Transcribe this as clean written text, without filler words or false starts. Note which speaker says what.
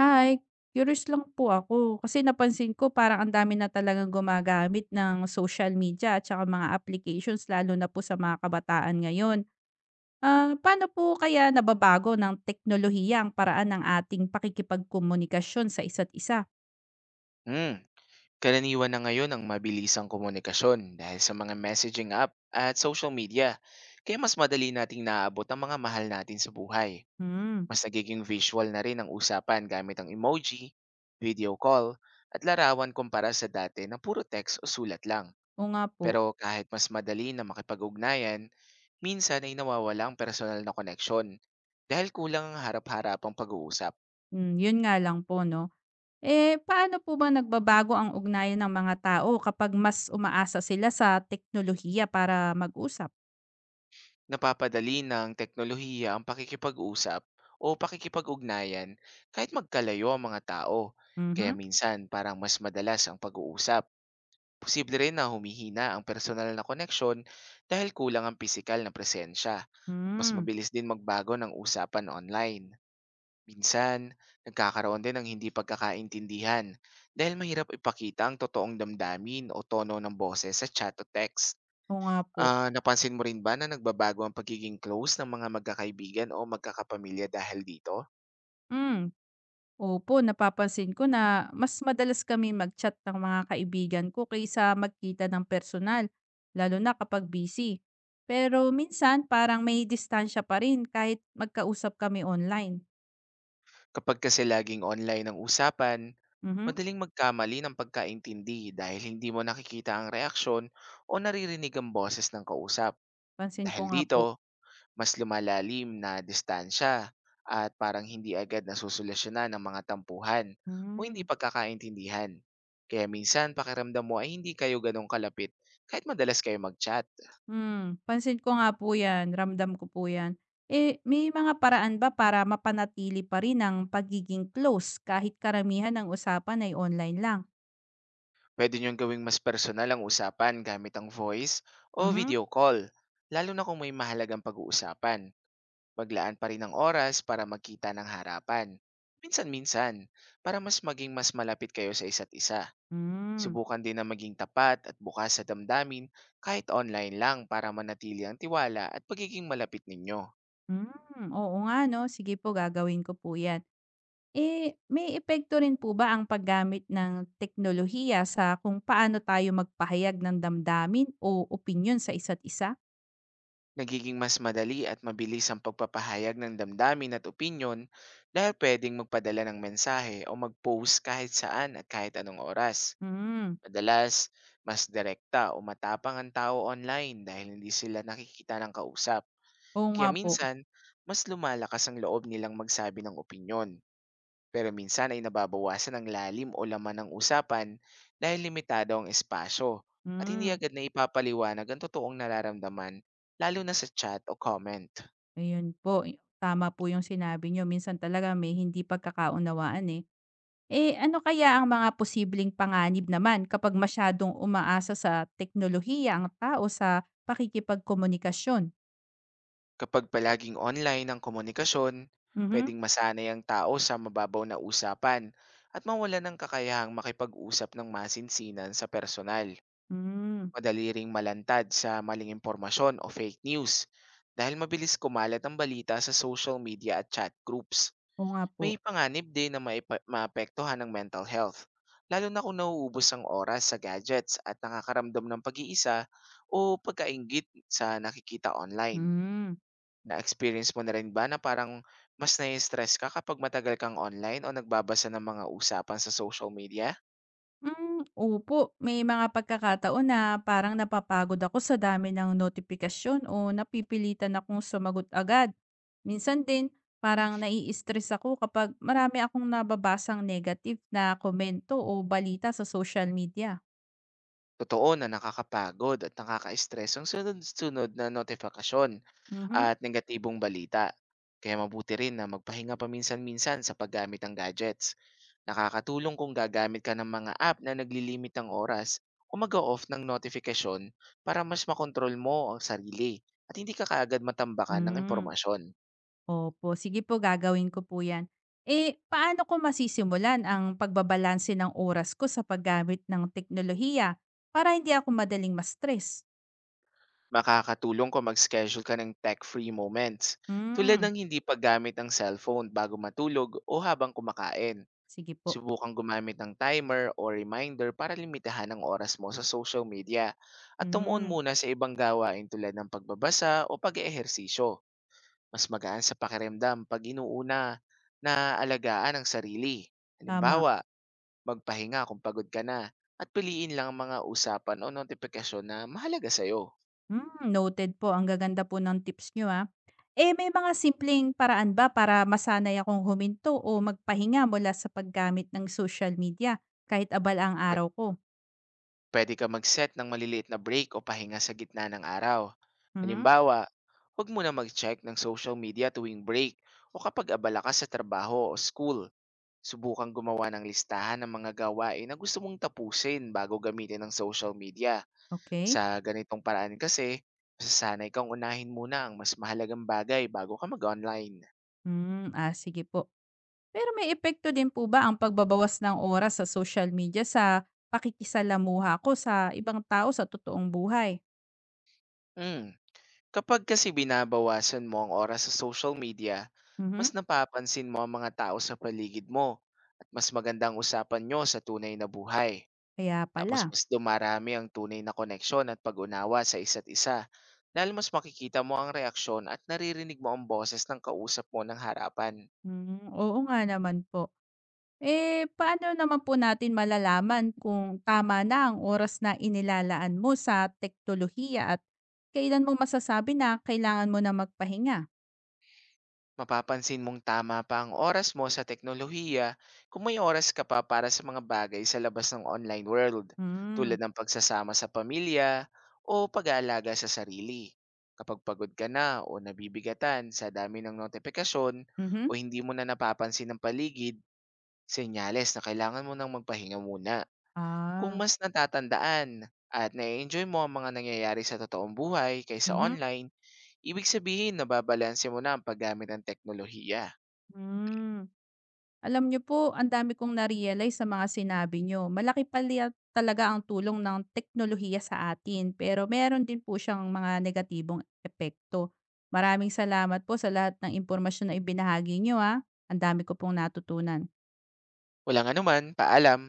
Speaker 1: Hi, curious lang po ako kasi napansin ko parang ang dami na talagang gumagamit ng social media at saka mga applications lalo na po sa mga kabataan ngayon. Ah, paano po kaya nababago ng teknolohiya ang paraan ng ating pakikipagkomunikasyon sa isa't isa?
Speaker 2: Hmm, karaniwan na ngayon ang mabilisang komunikasyon dahil sa mga messaging app at social media. Kaya mas madali nating naaabot ang mga mahal natin sa buhay.
Speaker 1: Hmm,
Speaker 2: Mas nagiging visual na rin ang usapan gamit ang emoji, video call, at larawan kumpara sa dati na puro text o sulat lang.
Speaker 1: o nga po.
Speaker 2: Pero kahit mas madali na makipag-ugnayan, minsan ay nawawala ang personal na koneksyon dahil kulang ang harap-harapang pag-uusap.
Speaker 1: Hmm, yun nga lang po, no? Eh, paano po ba nagbabago ang ugnayan ng mga tao kapag mas umaasa sila sa teknolohiya para mag-usap?
Speaker 2: Napapadali ng teknolohiya ang pakikipag-usap o pakikipag-ugnayan kahit magkalayo ang mga tao, kaya
Speaker 1: Mhm.
Speaker 2: minsan parang mas madalas ang pag-uusap. Posible rin na humihina ang personal na koneksyon dahil kulang ang pisikal na presensya at mas
Speaker 1: Hmm,
Speaker 2: mabilis din magbago ng usapan online. Minsan, nagkakaroon din ng hindi pagkakaintindihan dahil mahirap ipakita ang totoong damdamin o tono ng boses sa chat o text.
Speaker 1: o nga po.
Speaker 2: Ah, napansin mo rin ba na nagbabago ang pagiging close ng mga magkakaibigan o magkakapamilya dahil dito?
Speaker 1: Mm. Opo, napapansin ko na mas madalas kami mag-chat ng mga kaibigan ko kaysa magkita ng personal, lalo na kapag busy. Pero minsan parang may distansya pa rin kahit magkausap kami online.
Speaker 2: Kapag kasi laging online ang usapan,
Speaker 1: Mhm.
Speaker 2: madaling magkamali ng pagkaintindi dahil hindi mo nakikita ang reaksyon o naririnig ang boses ng kausap.
Speaker 1: Pansin ko
Speaker 2: Dahil
Speaker 1: nga po.
Speaker 2: dito, mas lumalalim na distansya at parang hindi agad nasusolusyonan ng mga tampuhan o hindi
Speaker 1: Mm.
Speaker 2: pagkakaintindihan. Kaya minsan pakiramdam mo ay hindi kayo ganong kalapit kahit madalas kayo mag-chat.
Speaker 1: Hmm, pansin ko nga po 'yan, ramdam ko po 'yan. Eh, may mga paraan ba para mapanatili pa rin ang pagiging close kahit karamihan ng usapan ay online lang?
Speaker 2: Pwede niyong gawing mas personal ang usapan gamit ang voice o
Speaker 1: Mhm.
Speaker 2: video call, lalo na kung may mahalagang pag-uusapan. Maglaan pa rin ng oras para magkita ng harapan. Minsan-minsan, para mas maging mas malapit kayo sa isa't isa.
Speaker 1: Hmm.
Speaker 2: Subukan din na maging tapat at bukas sa damdamin kahit online lang para manatili ang tiwala at pagiging malapit ninyo.
Speaker 1: Hmm, oo nga 'no, sige po gagawin ko po 'yan. Eh, may epekto rin po ba ang paggamit ng teknolohiya sa kung paano tayo magpahayag ng damdamin o opinyon sa isa't isa?
Speaker 2: Nagiging mas madali at mabilis ang pagpapahayag ng damdamin at opinyon dahil pwedeng magpadala ng mensahe o mag-post kahit saan at kahit anong oras.
Speaker 1: Hmm,
Speaker 2: Madalas, mas direkta o matapang ang tao online dahil hindi sila nakikita ng kausap.
Speaker 1: oo nga
Speaker 2: Kaya
Speaker 1: po.
Speaker 2: minsan, mas lumalakas ang loob nilang magsabi ng opinyon. Pero minsan ay nababawasan ang lalim o laman ng usapan dahil limitado ang espasyo at hindi
Speaker 1: Hmm,
Speaker 2: agad na ipapaliwanag ang totoong nararamdaman, lalo na sa chat o comment.
Speaker 1: ayun po, tama po yung sinabi niyo minsan talaga may hindi pagkakaunawaan, eh. Eh, ano kaya ang mga posibleng panganib naman kapag masyadong umaasa sa teknolohiya ang tao sa pakikipagkomunikasyon?
Speaker 2: Kapag palaging online ang komunikasyon,
Speaker 1: Mhm,
Speaker 2: pwedeng masanay ang tao sa mababaw na usapan at mawala ng kakayahang makipag-usap ng masinsinan sa personal.
Speaker 1: hmm,
Speaker 2: Madali ring malantad sa maling impormasyon o fake news dahil mabilis kumalat ang balita sa social media at chat groups.
Speaker 1: oo nga po.
Speaker 2: May panganib din na maapektuhan ng mental health, lalo na kung nauubos ang oras sa gadgets at nakakaramdam ng pag-iisa o pagkaingit sa nakikita online.
Speaker 1: Hmm.
Speaker 2: Na-experience mo na rin ba na parang mas nai-stress ka kapag matagal kang online o nagbabasa ng mga usapan sa social media?
Speaker 1: Hmm, opo. May mga pagkakataon na parang napapagod ako sa dami ng notifikasyon o napipilitan akong sumagot agad. Minsan din, parang nai-stress ako kapag marami akong nababasang negative na komento o balita sa social media.
Speaker 2: Totoo na nakakapagod at nakaka-stress ang sunod-sunod na notifikasyon
Speaker 1: Mhm.
Speaker 2: at negatibong balita. Kaya mabuti rin na magpahinga paminsan-minsan sa paggamit ng gadgets. Nakakatulong kung gagamit ka ng mga app na naglilimit ng oras o mag-off ng notification para mas makontrol mo ang sarili at hindi ka kaagad matambakan ng
Speaker 1: Hmm,
Speaker 2: impormasyon.
Speaker 1: opo. Sige po, gagawin ko po 'yan. Eh, paano ko masisimulan ang pagbabalanse ng oras ko sa paggamit ng teknolohiya para hindi ako madaling ma-stress?
Speaker 2: Makakatulong kung mag-schedule ka ng tech-free moments tulad
Speaker 1: Hmm.
Speaker 2: ng hindi paggamit ng cellphone bago matulog o habang kumakain.
Speaker 1: Sige po.
Speaker 2: Subukang gumamit ng timer o reminder para limitahan ang oras mo sa social media at tumuon
Speaker 1: Hmm,
Speaker 2: muna sa ibang gawain tulad ng pagbabasa o pag-eehersisyo. Mas magaan sa pakiramdam pag inuuna na alagaan ang sarili.
Speaker 1: tama.
Speaker 2: Halimbawa, magpahinga kung pagod ka na at piliin lang ang mga usapan o notifikasyon na mahalaga sa'yo.
Speaker 1: Hmm, noted po. Ang gaganda po ng tips niyo, ah. Eh, may mga simpleng paraan ba para masanay akong huminto o magpahinga mula sa paggamit ng social media kahit abala ang araw ko?
Speaker 2: Pwede ka mag-set ng maliliit na break o pahinga sa gitna ng araw.
Speaker 1: Mhm.
Speaker 2: Halimbawa, huwag mo na mag-check ng social media tuwing break o kapag abala ka sa trabaho o school. Subukang gumawa ng listahan ng mga gawain na gusto mong tapusin bago gamitin ang social media.
Speaker 1: Okay.
Speaker 2: Sa ganitong paraan kasi, masasanay kang unahin muna ang mas mahalagang bagay bago ka mag-online.
Speaker 1: Hmm, ah, sige po. Pero may epekto din po ba ang pagbabawas ng oras sa social media sa pakikisalamuha ko sa ibang tao sa totoong buhay?
Speaker 2: Mm. Kapag kasi binabawasan mo ang oras sa social media, mas
Speaker 1: Mhm.
Speaker 2: napapansin mo ang mga tao sa paligid mo at mas magandang usapan nyo sa tunay na buhay.
Speaker 1: Kaya
Speaker 2: Tapos
Speaker 1: pala.
Speaker 2: mas dumarami ang tunay na koneksyon at pag-unawa sa isa't isa dahil mas makikita mo ang reaksyon at naririnig mo ang boses ng kausap mo ng harapan.
Speaker 1: Hmm, oo nga naman po. Eh, paano naman po natin malalaman kung tama na ang oras na inilalaan mo sa teknolohiya at kailan mo masasabi na kailangan mo na magpahinga?
Speaker 2: Mapapansin mong tama pa ang oras mo sa teknolohiya kung may oras ka pa para sa mga bagay sa labas ng online world
Speaker 1: Hmm,
Speaker 2: tulad ng pagsasama sa pamilya o pag-aalaga sa sarili. Kapag pagod ka na o nabibigatan sa dami ng notifikasyon o
Speaker 1: mhm,
Speaker 2: hindi mo na napapansin ang paligid, senyales na kailangan mo nang magpahinga muna. Kung
Speaker 1: ah,
Speaker 2: mas natatandaan at na-enjoy mo ang mga nangyayari sa totoong buhay kaysa
Speaker 1: mhm,
Speaker 2: online, ibig sabihin na babalanse mo na ang paggamit ng teknolohiya.
Speaker 1: hmm. Alam niyo po, ang dami kong na-realize sa mga sinabi niyo. Malaki pala talaga ang tulong ng teknolohiya sa atin, pero meron din po siyang mga negatibong epekto. Maraming salamat po sa lahat ng impormasyon na ibinahagi niyo, ah. Ang dami ko pong natutunan.
Speaker 2: Walang anuman, paalam.